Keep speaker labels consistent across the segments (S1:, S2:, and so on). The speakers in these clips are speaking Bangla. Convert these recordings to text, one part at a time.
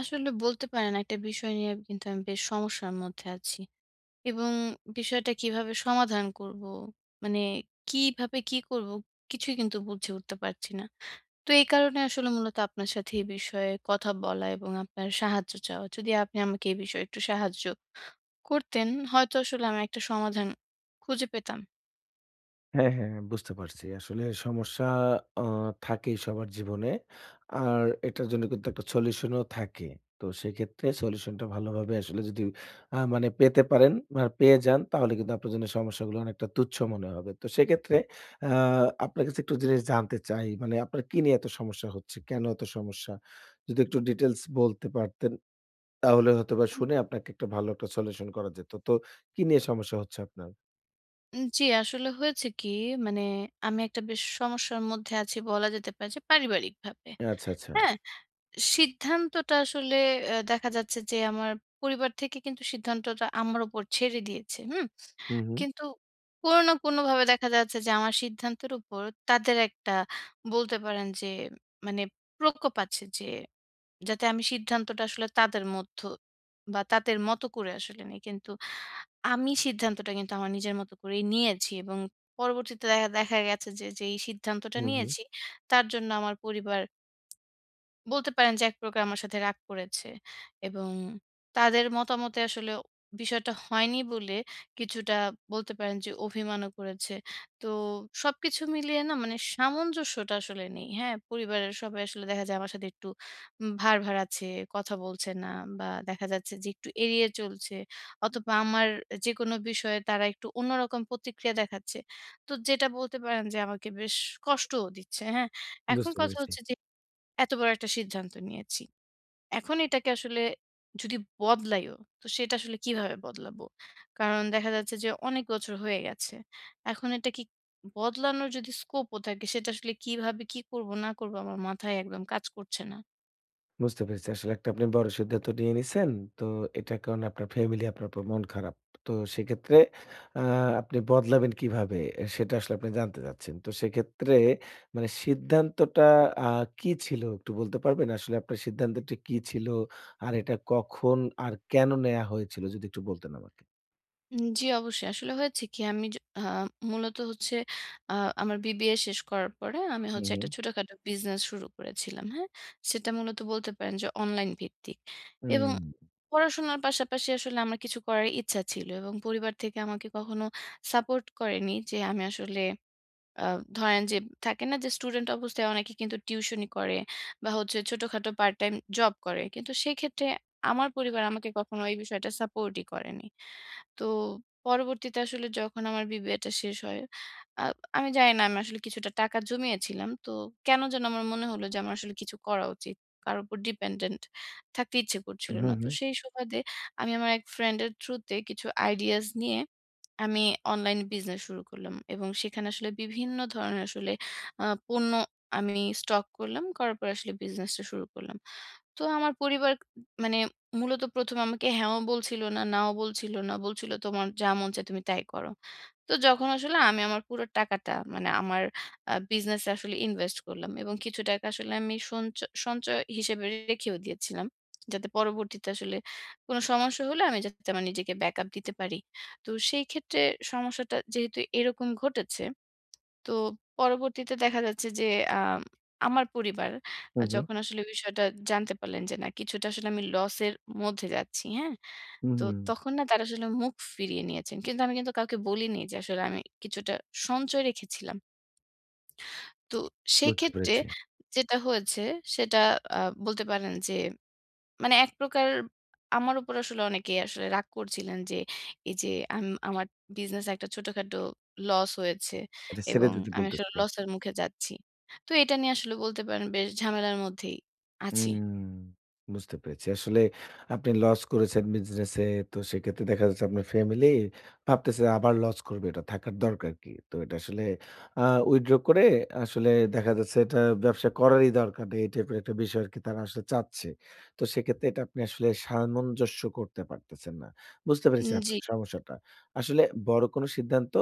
S1: আসলে বলতে পারেন একটা বিষয় নিয়ে কিন্তু আমি বেশ সমস্যার মধ্যে আছি। এবং বিষয়টা কিভাবে সমাধান করব? মানে কিভাবে কি করব? কিছুই কিন্তু বুঝে উঠতে পারছি না। তো এই কারণে আসলে মূলত আপনার সাথে এই বিষয়ে কথা বলা এবং আপনার সাহায্য চাওয়া। যদি আপনি আমাকে এই বিষয়ে একটু সাহায্য করতেন, হয়তো আসলে আমি একটা সমাধান খুঁজে পেতাম।
S2: হ্যাঁ, হ্যাঁ, হ্যাঁ, বুঝতে পারছি। আসলে সমস্যা আ থাকেই সবার জীবনে। আর এটার জন্য কিন্তু একটা সলিউশন ও থাকে। তো সেক্ষেত্রে সলিউশনটা ভালোভাবে আসলে যদি মানে পেতে পারেন বা পেয়ে যান তাহলে কিন্তু আপনার জন্য সমস্যাগুলো অনেকটা তুচ্ছ মনে হবে। তো সেক্ষেত্রে আ আপনার কাছে একটু জিনিস জানতে চাই মানে আপনার কি নিয়ে এত সমস্যা হচ্ছে? কেন এত সমস্যা? যদি একটু ডিটেইলস বলতে পারতেন তাহলে হয়তোবা
S1: উম
S2: শুনে আপনাকে একটা ভালো একটা সলিউশন করা যেত। তো কি নিয়ে সমস্যা হচ্ছে আপনার?
S1: উম জি, আসলে হয়েছে কি? মানে আমি একটা বেশ সমস্যার মধ্যে আছি বলা যেতে পারে যে পারিবারিকভাবে।
S2: আচ্ছা, আচ্ছা।
S1: হ্যাঁ? সিদ্ধান্তটা আসলে দেখা যাচ্ছে যে আমার পরিবার থেকে কিন্তু সিদ্ধান্তটা আমার উপর ছেড়ে দিয়েছে। হুম?
S2: হু, হু।
S1: কিন্তু কোনো না কোনোভাবে দেখা যাচ্ছে যে আমার সিদ্ধান্তের উপর তাদের একটা বলতে পারেন যে মানে প্রকোপ আছে, যে যাতে আমি সিদ্ধান্তটা আসলে তাদের মধ্য বা তাদের মতো করে আসলে নেই। কিন্তু আমি সিদ্ধান্তটা কিন্তু আমার নিজের মতো করেই নিয়েছি, এবং পরবর্তীতে দেখা দেখা গেছে যে যেই সিদ্ধান্তটা
S2: হু, হু।
S1: নিয়েছি তার জন্য আমার পরিবার বলতে পারেন যে একপ্রকার আমার সাথে রাগ করেছে, এবং তাদের মতামতে আসলে বিষয়টা হয়নি বলে কিছুটা বলতে পারেন যে অভিমানও করেছে। তো সবকিছু মিলিয়ে না, মানে সামঞ্জস্যটা আসলে নেই। হ্যাঁ? পরিবারের সবাই আসলে দেখা যায় আমার সাথে একটু ভার-ভার আছে, কথা বলছে না, বা দেখা যাচ্ছে যে একটু এড়িয়ে চলছে, অথবা আমার যেকোনো বিষয়ে তারা একটু অন্যরকম প্রতিক্রিয়া দেখাচ্ছে। তো যেটা বলতে পারেন যে আমাকে বেশ কষ্টও দিচ্ছে। হ্যাঁ? এখন
S2: বুঝতে
S1: কথা
S2: পেরেছি,
S1: হচ্ছে যে এত বড় একটা সিদ্ধান্ত নিয়েছি। এখন এটাকে আসলে যদি বদলাইও, তো সেটা আসলে কিভাবে বদলাবো? কারণ দেখা যাচ্ছে যে অনেক বছর হয়ে গেছে। এখন এটা কি বদলানোর যদি স্কোপও থাকে, সেটা আসলে কিভাবে কি করব না করব আমার মাথায় একদম কাজ করছে না।
S2: বুঝতে পেরেছি। আসলে একটা আপনি বড় সিদ্ধান্ত নিয়ে নিছেন। তো এটার কারণে আপনার ফ্যামিলি আপনার উপর মন খারাপ। তো সেক্ষেত্রে আ আপনি বদলাবেন কিভাবে? এ সেটা আসলে আপনি জানতে চাচ্ছেন। তো সেক্ষেত্রে মানে সিদ্ধান্তটা আ কি ছিল একটু বলতে পারবেন? আসলে আপনার সিদ্ধান্তটি কি ছিল? আর এটা কখন আর কেন নেয়া হয়েছিল? যদি একটু বলতেন আমাকে।
S1: জি, অবশ্যই। আসলে হয়েছে কি, আমি য আ মূলত হচ্ছে আ আমার বিবিএ শেষ করার পরে আমি
S2: হুম,
S1: হচ্ছে একটা
S2: হুম।
S1: ছোটখাটো বিজনেস শুরু করেছিলাম, হ্যাঁ? সেটা মূলত বলতে পারেন যে অনলাইন ভিত্তিক। এবং পড়াশোনার পাশাপাশি আসলে আমার কিছু করার ইচ্ছা ছিল, এবং পরিবার থেকে আমাকে কখনো সাপোর্ট করেনি যে আমি আসলে আ ধরেন যে থাকে না যে স্টুডেন্ট অবস্থায় অনেকে কিন্তু টিউশনি করে বা হচ্ছে ছোটখাটো পার্ট টাইম জব করে। কিন্তু সেক্ষেত্রে আমার পরিবার আমাকে কখনো এই বিষয়টা সাপোর্টই করেনি। তো পরবর্তীতে আসলে যখন আমার বিবিএটা শেষ হয়, আ আমি জানি না, আমি আসলে কিছুটা টাকা জমিয়েছিলাম। তো কেন যেন আমার মনে হলো যে আমার আসলে কিছু করা উচিত। কারো উপর ডিপেন্ডেন্ট থাকতে ইচ্ছে করছিল
S2: হুম,
S1: না।
S2: হুম,
S1: তো
S2: হুম,
S1: সেই সুবাদে আমি আমার এক ফ্রেন্ড এর থ্রুতে কিছু আইডিয়াস নিয়ে আমি অনলাইন বিজনেস শুরু করলাম, এবং সেখানে আসলে বিভিন্ন ধরনের আসলে পণ্য আমি স্টক করলাম। করার পর আসলে বিজনেসটা শুরু করলাম। তো আমার পরিবার মানে মূলত ১ম আমাকে হ্যাঁও বলছিল না, নাও বলছিল না। বলছিল, "তোমার যা মন চায় তুমি তাই করো।" তো যখন আসলে আমি আমার পুরো টাকাটা, মানে আমার বিজনেসে আসলে ইনভেস্ট করলাম, এবং কিছু টাকা আসলে আমি সঞ্চয় হিসেবে রেখেও দিয়েছিলাম। যাতে পরবর্তীতে আসলে কোনো সমস্যা হলে আমি যাতে আমার নিজেকে ব্যাকআপ দিতে পারি। তো সেই ক্ষেত্রে সমস্যাটা যেহেতু এরকম ঘটেছে, তো পরবর্তীতে দেখা যাচ্ছে যে আম আমার পরিবার
S2: হুম, হুম,
S1: যখন আসলে বিষয়টা জানতে পারলেন যে না, কিছুটা আসলে আমি লসের মধ্যে যাচ্ছি, হ্যাঁ?
S2: হুম,
S1: তো
S2: হুম।
S1: তখন না, তারা আসলে মুখ ফিরিয়ে নিয়েছেন। কিন্তু আমি কিন্তু কাউকে বলিনি যে আসলে আমি কিছুটা সঞ্চয় রেখেছিলাম। তো
S2: বুঝতে
S1: সেক্ষেত্রে
S2: পেরেছি।
S1: যেটা হয়েছে সেটা আ বলতে পারেন যে মানে এক প্রকার আমার উপর আসলে অনেকেই আসলে রাগ করছিলেন যে, এই যে আমার বিজনেসে একটা ছোটখাটো লস হয়েছে
S2: এটা ছেড়ে
S1: এবং
S2: দিতে
S1: আমি আসলে
S2: বলতেছিল।
S1: লসের মুখে যাচ্ছি। তো এটা নিয়ে আসলে বলতে পারেন বেশ ঝামেলার মধ্যেই আছি।
S2: হুম, বুঝতে পেরেছি। আসলে আপনি লস করেছেন বিজনেসে। তো সেক্ষেত্রে দেখা যাচ্ছে আপনার ফ্যামিলি ভাবতেছে আবার লস করবে। এটা থাকার দরকার কি? তো এটা আসলে আ উইথড্র করে আসলে দেখা যাচ্ছে এটা ব্যবসা করারই দরকার নেই। এই টাইপের একটা বিষয় আরকি তারা আসলে চাচ্ছে। তো সেক্ষেত্রে এটা আপনি আসলে সামঞ্জস্য করতে পারতেছেন না। বুঝতে পেরেছি
S1: জি।
S2: আপনার সমস্যাটা। আসলে বড় কোনো সিদ্ধান্ত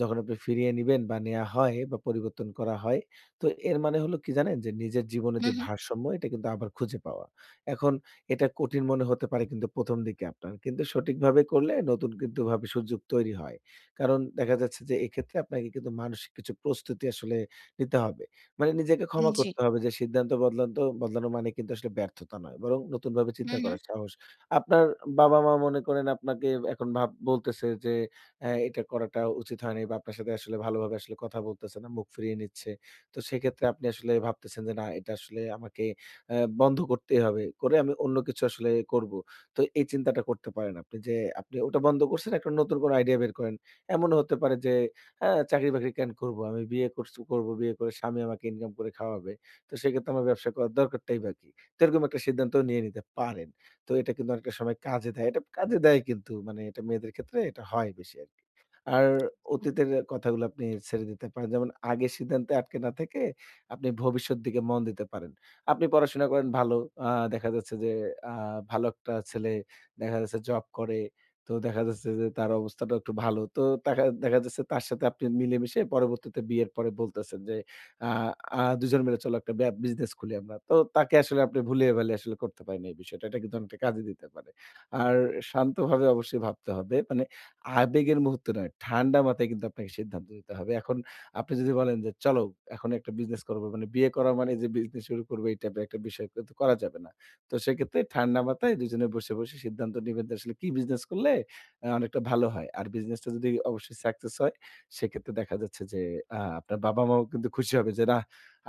S2: যখন আপনি ফিরিয়ে নিবেন বা নেয়া হয় বা পরিবর্তন করা হয় তো এর মানে হলো কি জানেন? যে নিজের জীবনের
S1: হু,
S2: যে
S1: হু।
S2: ভারসাম্য এটা কিন্তু আবার খুঁজে পাওয়া। এখন এটা কঠিন মনে হতে পারে কিন্তু ১ম দিকে আপনার। কিন্তু সঠিকভাবে করলে নতুন কিন্তু ভাবে সুযোগ তৈরি হয়। কারণ দেখা যাচ্ছে যে এক্ষেত্রে আপনাকে কিন্তু মানসিক কিছু প্রস্তুতি আসলে নিতে হবে। মানে নিজেকে ক্ষমা
S1: জি।
S2: করতে হবে যে সিদ্ধান্ত বদলানো মানে কিন্তু আসলে ব্যর্থতা নয়। বরং নতুনভাবে
S1: হু,
S2: চিন্তা
S1: হু।
S2: করার সাহস। আপনার বাবা-মা মনে করেন আপনাকে এখন ভাব বলতেছে যে, "হ্যাঁ, এটা করাটা উচিত হয়নি" বা আপনার সাথে আসলে ভালোভাবে আসলে কথা বলতেছে না, মুখ ফিরিয়ে নিচ্ছে। তো সেক্ষেত্রে আপনি আসলে ভাবতেছেন যে না এটা আসলে আমাকে আ বন্ধ করতেই হবে। করে আমি অন্য কিছু আসলে করব। তো এই চিন্তাটা করতে পারেন আপনি যে আপনি ওটা বন্ধ করছেন একটা নতুন কোনো আইডিয়া বের করেন। এমনও হতে পারে যে হ্যাঁ, চাকরি-বাকরি কেন করব? আমি বিয়ে করছ করব, বিয়ে করে স্বামী আমাকে ইনকাম করে খাওয়াবে। তো সেক্ষেত্রে আমার ব্যবসা করার দরকারটাই বা কি? তো এরকম একটা সিদ্ধান্তও নিয়ে নিতে পারেন। তো এটা কিন্তু অনেকটা সময় কাজে দেয়। এটা কাজে দেয় কিন্তু মানে এটা মেয়েদের ক্ষেত্রে এটা হয় বেশি আরকি। আর অতীতের কথাগুলো আপনি ছেড়ে দিতে পারেন। যেমন আগের সিদ্ধান্তে আটকে না থেকে আপনি ভবিষ্যৎ দিকে মন দিতে পারেন। আপনি পড়াশোনা করেন ভালো। আ দেখা যাচ্ছে যে আ ভালো একটা ছেলে দেখা যাচ্ছে জব করে। তো দেখা যাচ্ছে যে তার অবস্থাটাও একটু ভালো। তো দেখা দেখা যাচ্ছে তার সাথে আপনি মিলেমিশে পরবর্তীতে বিয়ের পরে বলতেছেন যে আ আ দুজন মিলে চলো একটা বিজনেস খুলি আমরা। তো তাকে আসলে আপনি ভুলিয়ে ভালিয়ে আসলে করতে পারেন এই বিষয়টা। এটা কিন্তু অনেকটা কাজে দিতে পারে। আর শান্তভাবে অবশ্যই ভাবতে হবে। মানে আবেগের মুহূর্তে নয়, ঠান্ডা মাথায় কিন্তু আপনাকে সিদ্ধান্ত নিতে হবে। এখন আপনি যদি বলেন যে, "চলো এখন একটা বিজনেস করবো।" মানে বিয়ে করা মানে যে বিজনেস শুরু করবো এই টাইপের একটা বিষয় কিন্তু করা যাবে না। তো সেক্ষেত্রে ঠান্ডা মাথায় দুজনে বসে সিদ্ধান্ত নিবেন যে আসলে কি বিজনেস করলে অনেকটা ভালো হয়। আর বিজনেসটা যদি অবশ্যই সাকসেস হয় সেক্ষেত্রে দেখা যাচ্ছে যে আপনার বাবা-মাও কিন্তু খুশি হবে যে, "নাহ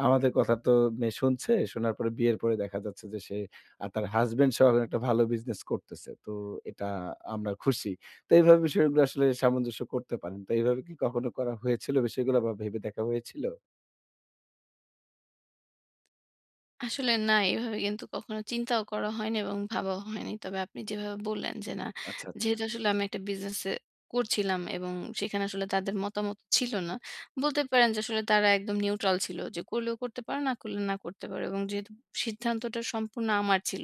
S2: আমাদের কথা তো মেয়ে শুনছে। শোনার পরে বিয়ের পরে দেখা যাচ্ছে যে সে আর তার হাসব্যান্ড সহ একটা ভালো বিজনেস করতেছে। তো এটা আমরা খুশি।" তো এইভাবে বিষয়গুলো আসলে সামঞ্জস্য করতে পারেন। তো এইভাবে কি কখনো করা হয়েছিল বিষয়গুলো বা ভেবে দেখা হয়েছিল?
S1: আসলে না, এভাবে কিন্তু কখনো চিন্তাও করা হয়নি এবং ভাবাও হয়নি। তবে আপনি যেভাবে বললেন যে না,
S2: আচ্ছা, আচ্ছা।
S1: যেহেতু আসলে আমি একটা বিজনেসে করছিলাম, এবং সেখানে আসলে তাদের মতামত ছিল না। বলতে পারেন যে আসলে তারা একদম নিউট্রাল ছিল। যে করলেও করতে পারো, না করলে না করতে পারো, এবং যেহেতু সিদ্ধান্তটা সম্পূর্ণ আমার ছিল,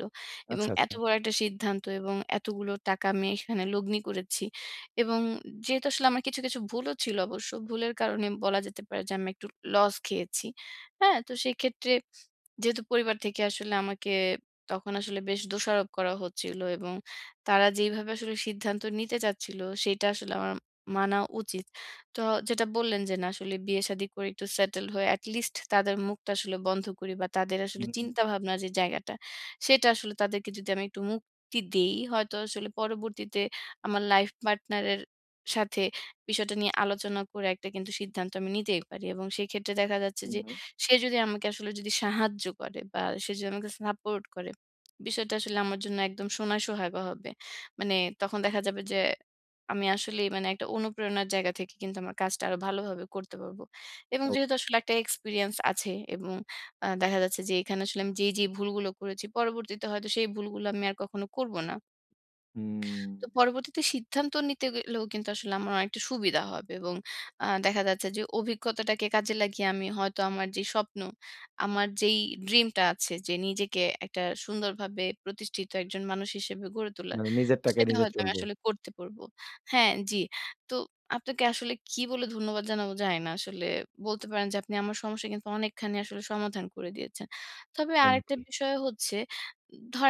S1: এবং
S2: আচ্ছা,
S1: এত
S2: আচ্ছা।
S1: বড় একটা সিদ্ধান্ত এবং এতগুলো টাকা আমি এখানে লগ্নি করেছি, এবং যেহেতু আসলে আমার কিছু, কিছু ভুলও ছিল অবশ্য। ভুলের কারণে বলা যেতে পারে যে আমি একটু লস খেয়েছি। হ্যাঁ? তো সেক্ষেত্রে যেহেতু পরিবার থেকে আসলে আমাকে তখন আসলে বেশ দোষারোপ করা হচ্ছিল, এবং তারা যেইভাবে আসলে সিদ্ধান্ত নিতে চাচ্ছিল সেটা আসলে আমার মানা উচিত। তো যেটা বললেন যে না, আসলে বিয়ে-শাদী করে একটু সেটেল হয়ে at least তাদের মুখটা আসলে বন্ধ করি, বা তাদের আসলে
S2: হুম,
S1: চিন্তা ভাবনার যে জায়গাটা, সেটা আসলে তাদেরকে যদি আমি একটু মুক্তি দেই, হয়তো আসলে পরবর্তীতে আমার লাইফ পার্টনারের সাথে বিষয়টা নিয়ে আলোচনা করে একটা কিন্তু সিদ্ধান্ত আমি নিতেই পারি, এবং সেক্ষেত্রে দেখা যাচ্ছে
S2: হুম,
S1: যে
S2: হুম।
S1: সে যদি আমাকে আসলে যদি সাহায্য করে, বা সে যদি আমাকে সাপোর্ট করে, বিষয়টা আসলে আমার জন্য একদম সোনায় সোহাগা হবে। মানে তখন দেখা যাবে যে আমি আসলেই মানে একটা অনুপ্রেরণার জায়গা থেকে কিন্তু আমার কাজটা আরো ভালোভাবে করতে পারবো। এবং
S2: ও
S1: যেহেতু আসলে একটা এক্সপেরিয়েন্স আছে, এবং দেখা যাচ্ছে যে এখানে আসলে আমি যেই, যেই ভুলগুলো করেছি, পরবর্তীতে হয়তো সেই ভুলগুলো আমি আর কখনো করব না।
S2: হুম,
S1: তো পরবর্তীতে সিদ্ধান্ত নিতে গেলেও কিন্তু আসলে আমার অনেকটা সুবিধা হবে, এবং দেখা যাচ্ছে যে অভিজ্ঞতাটাকে কাজে লাগিয়ে আমি হয়তো আমার যে স্বপ্ন, আমার যেই ড্রিমটা আছে যে নিজেকে একটা সুন্দরভাবে প্রতিষ্ঠিত একজন মানুষ হিসেবে গড়ে তোলার,
S2: মানে নিজের টাকায়
S1: সেটা
S2: নিজে
S1: হয়তো আমি
S2: চলবো।
S1: আসলে করতে পারবো। হ্যাঁ, জি। তো আপনাকে আসলে কি বলে ধন্যবাদ জানাবো জানি না। আসলে বলতে পারেন যে আপনি আমার সমস্যা কিন্তু অনেকখানি আসলে সমাধান করে দিয়েছেন। তবে
S2: তাই
S1: আরেকটা
S2: নাকি?
S1: বিষয় হচ্ছে,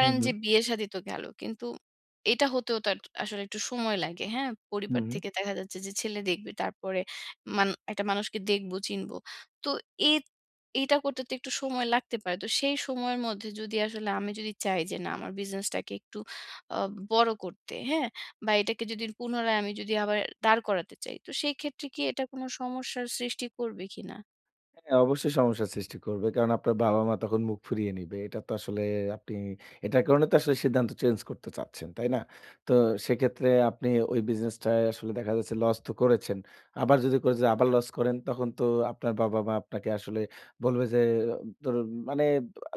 S2: হুম,
S1: যে
S2: হুম।
S1: বিয়ে-শাদী তো গেল। কিন্তু এটা হতেও তার আসলে একটু সময় লাগে, হ্যাঁ?
S2: হুম,
S1: পরিবার
S2: হুম।
S1: থেকে দেখা যাচ্ছে যে ছেলে দেখবে, তারপরে একটা মানুষকে দেখবো, চিনবো। তো এ এইটা করতে তো একটু সময় লাগতে পারে। তো সেই সময়ের মধ্যে যদি আসলে আমি যদি চাই যে না, আমার বিজনেসটাকে একটু আ বড় করতে, হ্যাঁ? বা এটাকে যদি পুনরায় আমি যদি আবার দাঁড় করাতে চাই, তো সেই ক্ষেত্রে কি এটা কোনো সমস্যার সৃষ্টি করবে কিনা?
S2: হ্যাঁ, অবশ্যই সমস্যার সৃষ্টি করবে। কারণ আপনার বাবা-মা তখন মুখ ফুরিয়ে নিবে। এটা তো আসলে আপনি এটার কারণে তো আসলে সিদ্ধান্ত চেঞ্জ করতে চাচ্ছেন, তাই না? তো সেক্ষেত্রে আপনি ওই বিজনেসটায় আসলে দেখা যাচ্ছে লস তো করেছেন। আবার যদি করে যে আবার লস করেন তখন তো আপনার বাবা-মা আপনাকে আসলে বলবে যে তোর মানে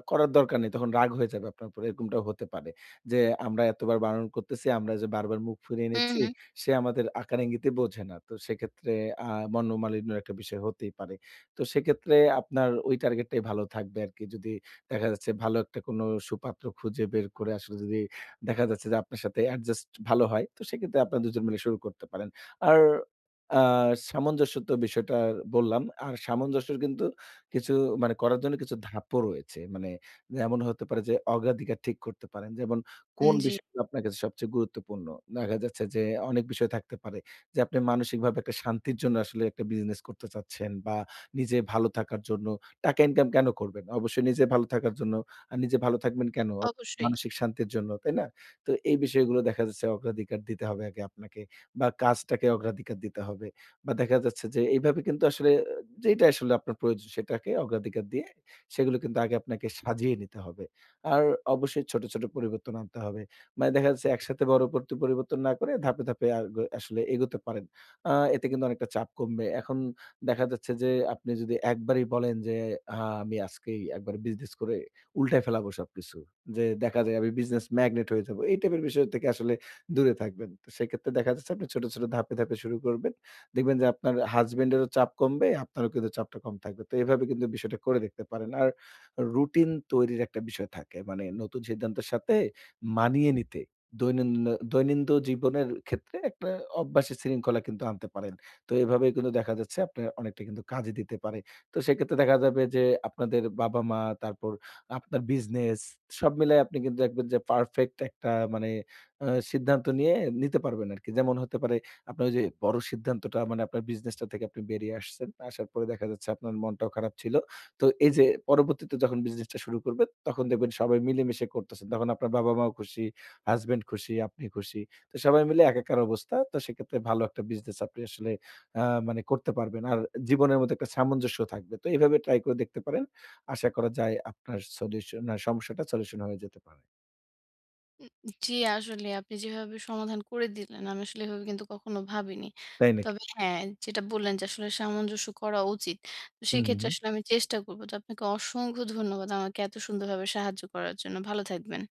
S2: করার দরকার নেই। তখন রাগ হয়ে যাবে আপনার উপর। এরকমটাও হতে পারে। যে আমরা এতবার বারণ করতেছি, আমরা যে বারবার মুখ ফিরিয়ে
S1: হুম,
S2: নিচ্ছি
S1: হুম।
S2: সে আমাদের আকার ইঙ্গিতে বোঝে না। তো সেক্ষেত্রে আ মনোমালিন্যর একটা বিষয় হতেই পারে। তো সেক্ষেত্রে আপনার ওই টার্গেটটাই ভালো থাকবে আরকি। যদি দেখা যাচ্ছে ভালো একটা কোনো সুপাত্র খুঁজে বের করে আসলে যদি দেখা যাচ্ছে যে আপনার সাথে অ্যাডজাস্ট ভালো হয়, তো সেক্ষেত্রে আপনারা ২ জন মিলে শুরু করতে পারেন। আর আ সামঞ্জস্য তো বিষয়টা বললাম। আর সামঞ্জস্যের কিন্তু কিছু মানে করার জন্য কিছু ধাপও রয়েছে। মানে এমন হতে পারে যে অগ্রাধিকার ঠিক করতে পারেন। যেমন কোন
S1: জি,
S2: বিষয়গুলো আপনার কাছে সবচেয়ে গুরুত্বপূর্ণ? দেখা যাচ্ছে যে অনেক বিষয় থাকতে পারে যে আপনি মানসিকভাবে একটা শান্তির জন্য আসলে একটা বিজনেস করতে চাচ্ছেন বা নিজে ভালো থাকার জন্য টাকা ইনকাম কেন করবেন? অবশ্যই নিজে ভালো থাকার জন্য। আর নিজে ভালো থাকবেন কেন?
S1: অবশ্যই।
S2: মানসিক শান্তির জন্য, তাই না? তো এই বিষয়গুলো দেখা যাচ্ছে অগ্রাধিকার দিতে হবে আগে আপনাকে বা কাজটাকে অগ্রাধিকার দিতে হবে। বা দেখা যাচ্ছে যে এইভাবে কিন্তু আসলে যেটা আসলে আপনার প্রয়োজন সেটাকে অগ্রাধিকার দিয়ে সেগুলো কিন্তু আগে আপনাকে সাজিয়ে নিতে হবে। আর অবশ্যই ছোট, ছোট পরিবর্তন আনতে হবে। মানে দেখা যাচ্ছে একসাথে বড় পরিবর্তন না করে ধাপে, ধাপে আসলে এগোতে পারেন। এতে কিন্তু অনেকটা চাপ কমবে। এখন দেখা যাচ্ছে যে আপনি যদি একবারই বলেন যে, আ আমি আজকেই একবারে বিজনেস করে উল্টায় ফেলাবো সবকিছু। যে দেখা যায় আমি বিজনেস ম্যাগনেট হয়ে যাবো। এই টাইপের বিষয় থেকে আসলে দূরে থাকবেন। তো সেক্ষেত্রে দেখা যাচ্ছে আপনি ছোট, ছোট ধাপে, ধাপে শুরু করবেন। দেখবেন যে আপনার হাসব্যান্ড এরও চাপ কমবে, আপনারও কিন্তু চাপটা কম থাকবে। তো এভাবে কিন্তু বিষয়টা করে দেখতে পারেন। আর রুটিন তৈরির একটা বিষয় থাকে। মানে নতুন সিদ্ধান্তের সাথে মানিয়ে নিতে দৈনন্দিন দৈনিন্দ জীবনের ক্ষেত্রে একটা অভ্যাসের শৃঙ্খলা কিন্তু আনতে পারেন। তো এভাবে কিন্তু দেখা যাচ্ছে আপনার অনেকটা কিন্তু কাজে দিতে পারে। তো সেক্ষেত্রে দেখা যাবে যে আপনাদের বাবা-মা তারপর আপনার বিজনেস সব মিলায় আপনি কিন্তু দেখবেন যে পারফেক্ট একটা মানে সিদ্ধান্ত নিয়ে নিতে পারবেন আরকি। যেমন হতে পারে আপনার ওই যে বড় সিদ্ধান্তটা মানে আপনার বিজনেসটা থেকে আপনি বেরিয়ে আসছেন। আসার পরে দেখা যাচ্ছে আপনার মনটাও খারাপ ছিল। তো এই যে পরবর্তীতে যখন বিজনেসটা শুরু করবেন তখন দেখবেন সবাই মিলেমিশে করতেছেন। তখন আপনার বাবা-মাও খুশি, হাসব্যান্ড খুশি, আপনি খুশি। তো সবাই মিলে একাকার অবস্থা। তো সেক্ষেত্রে ভালো একটা বিজনেস আপনি আসলে আ মানে করতে পারবেন। আর জীবনের মধ্যে একটা সামঞ্জস্য থাকবে। তো এভাবে ট্রাই করে দেখতে পারেন। আশা করা যায় আপনার সলিউশন সমস্যাটা সলিউশন হয়ে যেতে পারে।
S1: জি, আসলে আপনি যেভাবে সমাধান করে দিলেন, আমি আসলে এভাবে কিন্তু কখনো ভাবিনি।
S2: তাই নাকি?
S1: তবে হ্যাঁ, যেটা বললেন যে আসলে সামঞ্জস্য করা উচিত। তো
S2: হু, হু,
S1: সেক্ষেত্রে
S2: হু।
S1: আসলে আমি চেষ্টা করব। তো আপনাকে অসংখ্য ধন্যবাদ আমাকে এত সুন্দরভাবে সাহায্য করার জন্য। ভালো থাকবেন।